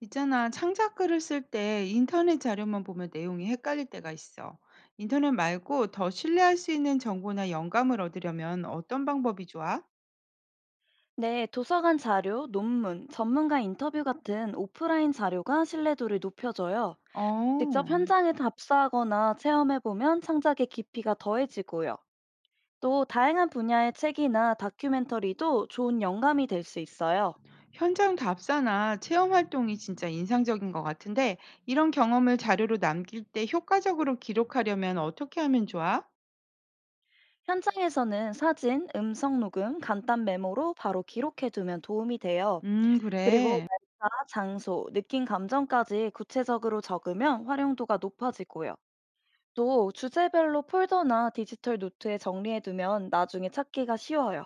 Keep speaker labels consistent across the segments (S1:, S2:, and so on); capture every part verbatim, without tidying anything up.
S1: 있잖아, 창작글을 쓸 때 인터넷 자료만 보면 내용이 헷갈릴 때가 있어. 인터넷 말고 더 신뢰할 수 있는 정보나 영감을 얻으려면 어떤 방법이 좋아?
S2: 네, 도서관 자료, 논문, 전문가 인터뷰 같은 오프라인 자료가 신뢰도를 높여줘요. 직접
S1: 어,
S2: 현장에 답사하거나 체험해보면 창작의 깊이가 더해지고요. 또 다양한 분야의 책이나 다큐멘터리도 좋은 영감이 될 수 있어요.
S1: 현장 답사나 체험 활동이 진짜 인상적인 것 같은데, 이런 경험을 자료로 남길 때 효과적으로 기록하려면 어떻게 하면 좋아?
S2: 현장에서는 사진, 음성 녹음, 간단 메모로 바로 기록해두면 도움이 돼요.
S1: 음,
S2: 그리고
S1: 그래.
S2: 날짜, 장소, 느낀 감정까지 구체적으로 적으면 활용도가 높아지고요. 또 주제별로 폴더나 디지털 노트에 정리해두면 나중에 찾기가 쉬워요.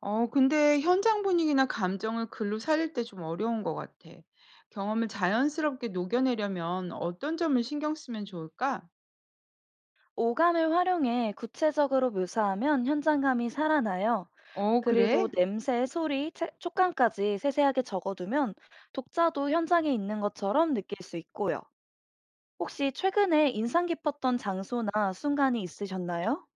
S1: 어 근데 현장 분위기나 감정을 글로 살릴 때 좀 어려운 것 같아. 경험을 자연스럽게 녹여내려면 어떤 점을 신경 쓰면 좋을까?
S2: 오감을 활용해 구체적으로 묘사하면 현장감이 살아나요.
S1: 어,
S2: 그리고
S1: 그래?
S2: 냄새, 소리, 체- 촉감까지 세세하게 적어두면 독자도 현장에 있는 것처럼 느낄 수 있고요. 혹시 최근에 인상 깊었던 장소나 순간이 있으셨나요?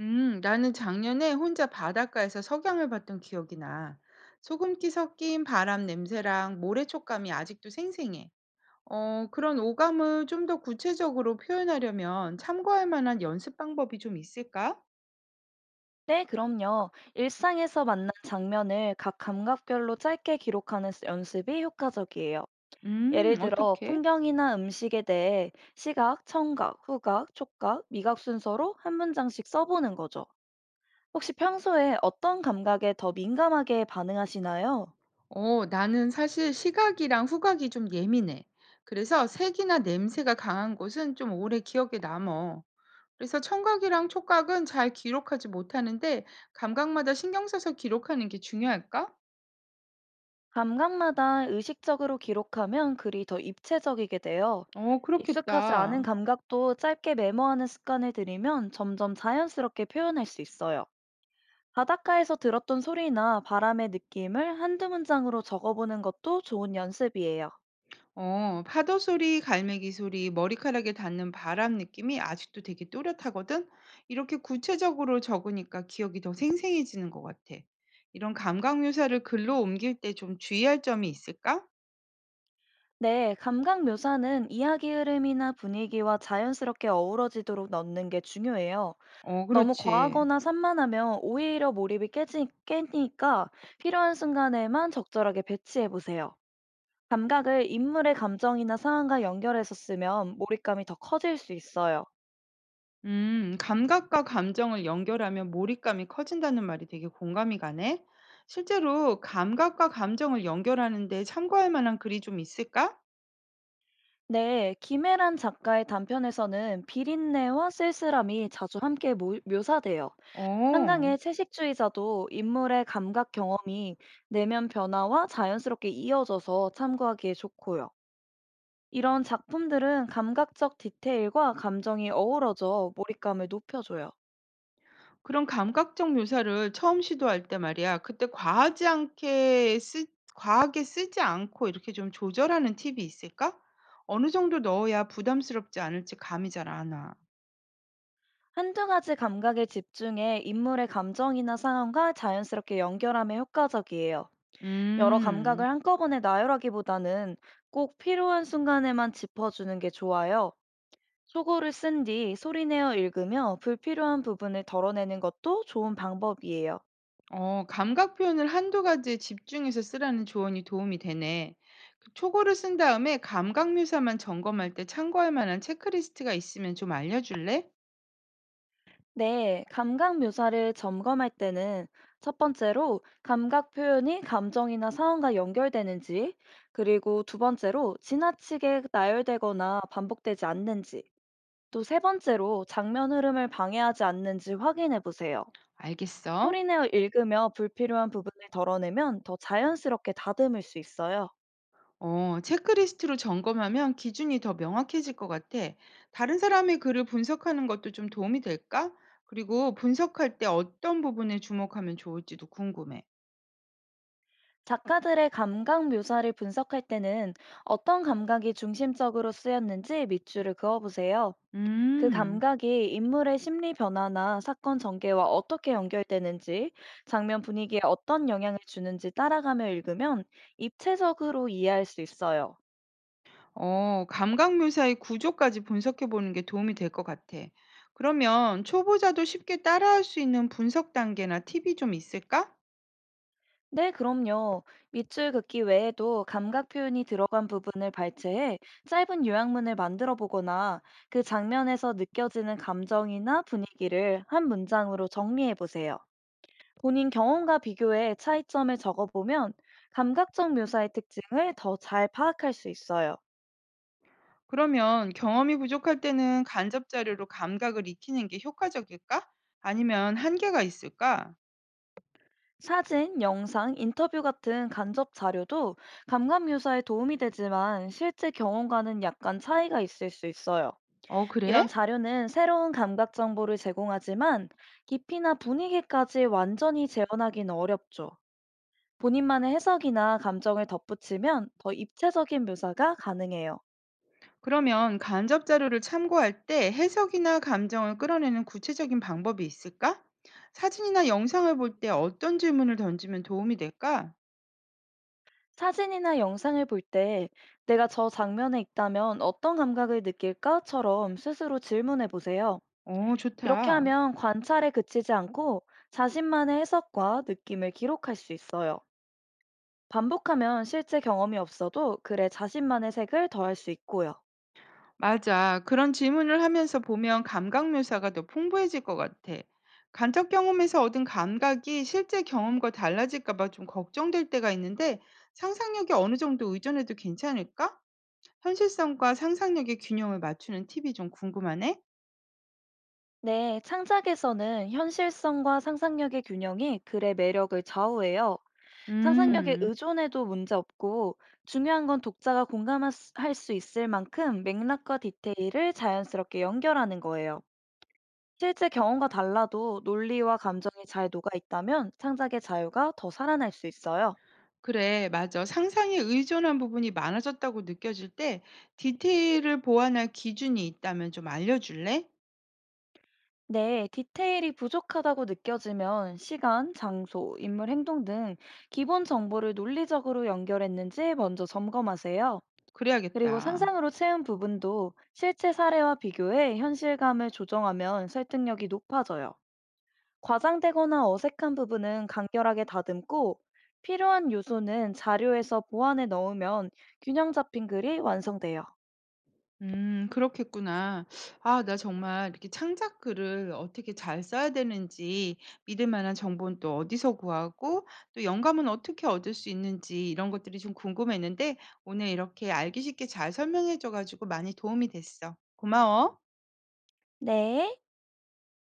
S1: 음, 나는 작년에 혼자 바닷가에서 석양을 봤던 기억이 나. 소금기 섞인 바람 냄새랑 모래 촉감이 아직도 생생해. 어, 그런 오감을 좀 더 구체적으로 표현하려면 참고할 만한 연습 방법이 좀 있을까?
S2: 네, 그럼요. 일상에서 만난 장면을 각 감각별로 짧게 기록하는 스- 연습이 효과적이에요.
S1: 음,
S2: 예를 들어
S1: 어떻게?
S2: 풍경이나 음식에 대해 시각, 청각, 후각, 촉각, 미각 순서로 한 문장씩 써보는 거죠. 혹시 평소에 어떤 감각에 더 민감하게 반응하시나요?
S1: 어, 나는 사실 시각이랑 후각이 좀 예민해. 그래서 색이나 냄새가 강한 곳은 좀 오래 기억에 남어. 그래서 청각이랑 촉각은 잘 기록하지 못하는데 감각마다 신경 써서 기록하는 게 중요할까?
S2: 감각마다 의식적으로 기록하면 글이 더 입체적이게 돼요.
S1: 어,
S2: 익숙하지 않은
S1: 그렇겠다.
S2: 감각도 짧게 메모하는 습관을 들이면 점점 자연스럽게 표현할 수 있어요. 바닷가에서 들었던 소리나 바람의 느낌을 한두 문장으로 적어보는 것도 좋은 연습이에요.
S1: 어, 파도 소리, 갈매기 소리, 머리카락에 닿는 바람 느낌이 아직도 되게 또렷하거든. 이렇게 구체적으로 적으니까 기억이 더 생생해지는 것 같아. 이런 감각 묘사를 글로 옮길 때 좀 주의할 점이 있을까?
S2: 네, 감각 묘사는 이야기 흐름이나 분위기와 자연스럽게 어우러지도록 넣는 게 중요해요.
S1: 어
S2: 너무
S1: 그렇지.
S2: 과하거나 산만하면 오히려 몰입이 깨지, 깨니까 필요한 순간에만 적절하게 배치해 보세요. 감각을 인물의 감정이나 상황과 연결해서 쓰면 몰입감이 더 커질 수 있어요.
S1: 음 감각과 감정을 연결하면 몰입감이 커진다는 말이 되게 공감이 가네. 실제로 감각과 감정을 연결하는데 참고할 만한 글이 좀 있을까?
S2: 네, 김혜란 작가의 단편에서는 비린내와 쓸쓸함이 자주 함께 모- 묘사돼요.
S1: 어.
S2: 한강의 채식주의자도 인물의 감각 경험이 내면 변화와 자연스럽게 이어져서 참고하기에 좋고요. 이런 작품들은 감각적 디테일과 감정이 어우러져 몰입감을 높여줘요.
S1: 그런 감각적 묘사를 처음 시도할 때 말이야. 그때 과하지 않게 쓰 과하게 쓰지 않고 이렇게 좀 조절하는 팁이 있을까? 어느 정도 넣어야 부담스럽지 않을지 감이 잘 안 와.
S2: 한두 가지 감각에 집중해 인물의 감정이나 상황과 자연스럽게 연결하면 효과적이에요. 여러
S1: 음.
S2: 감각을 한꺼번에 나열하기보다는 꼭 필요한 순간에만 짚어주는 게 좋아요. 속어를 쓴 뒤 소리내어 읽으며 불필요한 부분을 덜어내는 것도 좋은 방법이에요.
S1: 어, 감각 표현을 한두 가지에 집중해서 쓰라는 조언이 도움이 되네. 그 초고를 쓴 다음에 감각 묘사만 점검할 때 참고할 만한 체크리스트가 있으면 좀 알려줄래?
S2: 네, 감각 묘사를 점검할 때는 첫 번째로 감각 표현이 감정이나 상황과 연결되는지, 그리고 두 번째로 지나치게 나열되거나 반복되지 않는지, 또 세 번째로 장면 흐름을 방해하지 않는지 확인해 보세요.
S1: 알겠어.
S2: 소리내어 읽으며 불필요한 부분을 덜어내면 더 자연스럽게 다듬을 수 있어요.
S1: 어, 체크리스트로 점검하면 기준이 더 명확해질 것 같아. 다른 사람의 글을 분석하는 것도 좀 도움이 될까? 그리고 분석할 때 어떤 부분에 주목하면 좋을지도 궁금해.
S2: 작가들의 감각 묘사를 분석할 때는 어떤 감각이 중심적으로 쓰였는지 밑줄을 그어보세요. 그
S1: 음.
S2: 감각이 인물의 심리 변화나 사건 전개와 어떻게 연결되는지, 장면 분위기에 어떤 영향을 주는지 따라가며 읽으면 입체적으로 이해할 수 있어요.
S1: 어, 감각 묘사의 구조까지 분석해 보는 게 도움이 될 것 같아. 그러면 초보자도 쉽게 따라할 수 있는 분석 단계나 팁이 좀 있을까?
S2: 네, 그럼요. 밑줄 긋기 외에도 감각 표현이 들어간 부분을 발췌해 짧은 요약문을 만들어 보거나 그 장면에서 느껴지는 감정이나 분위기를 한 문장으로 정리해 보세요. 본인 경험과 비교해 차이점을 적어 보면 감각적 묘사의 특징을 더 잘 파악할 수 있어요.
S1: 그러면 경험이 부족할 때는 간접 자료로 감각을 익히는 게 효과적일까? 아니면 한계가 있을까?
S2: 사진, 영상, 인터뷰 같은 간접 자료도 감각 묘사에 도움이 되지만 실제 경험과는 약간 차이가 있을 수 있어요.
S1: 어, 그래?
S2: 이런 자료는 새로운 감각 정보를 제공하지만 깊이나 분위기까지 완전히 재현하기는 어렵죠. 본인만의 해석이나 감정을 덧붙이면 더 입체적인 묘사가 가능해요.
S1: 그러면 간접 자료를 참고할 때 해석이나 감정을 끌어내는 구체적인 방법이 있을까? 사진이나 영상을 볼 때 어떤 질문을 던지면 도움이 될까?
S2: 사진이나 영상을 볼 때 내가 저 장면에 있다면 어떤 감각을 느낄까?처럼 스스로 질문해 보세요.
S1: 어,
S2: 이렇게
S1: 좋다.
S2: 하면 관찰에 그치지 않고 자신만의 해석과 느낌을 기록할 수 있어요. 반복하면 실제 경험이 없어도 글에 자신만의 색을 더할 수 있고요.
S1: 맞아. 그런 질문을 하면서 보면 감각 묘사가 더 풍부해질 것 같아. 간접 경험에서 얻은 감각이 실제 경험과 달라질까 봐 좀 걱정될 때가 있는데 상상력이 어느 정도 의존해도 괜찮을까? 현실성과 상상력의 균형을 맞추는 팁이 좀 궁금하네.
S2: 네, 창작에서는 현실성과 상상력의 균형이 글의 매력을 좌우해요. 상상력에
S1: 음.
S2: 의존해도 문제없고 중요한 건 독자가 공감할 수 할수 있을 만큼 맥락과 디테일을 자연스럽게 연결하는 거예요. 실제 경험과 달라도 논리와 감정이 잘 녹아 있다면 창작의 자유가 더 살아날 수 있어요.
S1: 그래, 맞아. 상상에 의존한 부분이 많아졌다고 느껴질 때 디테일을 보완할 기준이 있다면 좀 알려줄래?
S2: 네, 디테일이 부족하다고 느껴지면 시간, 장소, 인물 행동 등 기본 정보를 논리적으로 연결했는지 먼저 점검하세요. 그리고
S1: 그래야겠다.
S2: 상상으로 채운 부분도 실제 사례와 비교해 현실감을 조정하면 설득력이 높아져요. 과장되거나 어색한 부분은 간결하게 다듬고 필요한 요소는 자료에서 보완해 넣으면 균형 잡힌 글이 완성돼요.
S1: 음 그렇겠구나. 아 나 정말 이렇게 창작 글을 어떻게 잘 써야 되는지 믿을 만한 정보는 또 어디서 구하고 또 영감은 어떻게 얻을 수 있는지 이런 것들이 좀 궁금했는데 오늘 이렇게 알기 쉽게 잘 설명해 줘 가지고 많이 도움이 됐어. 고마워.
S2: 네.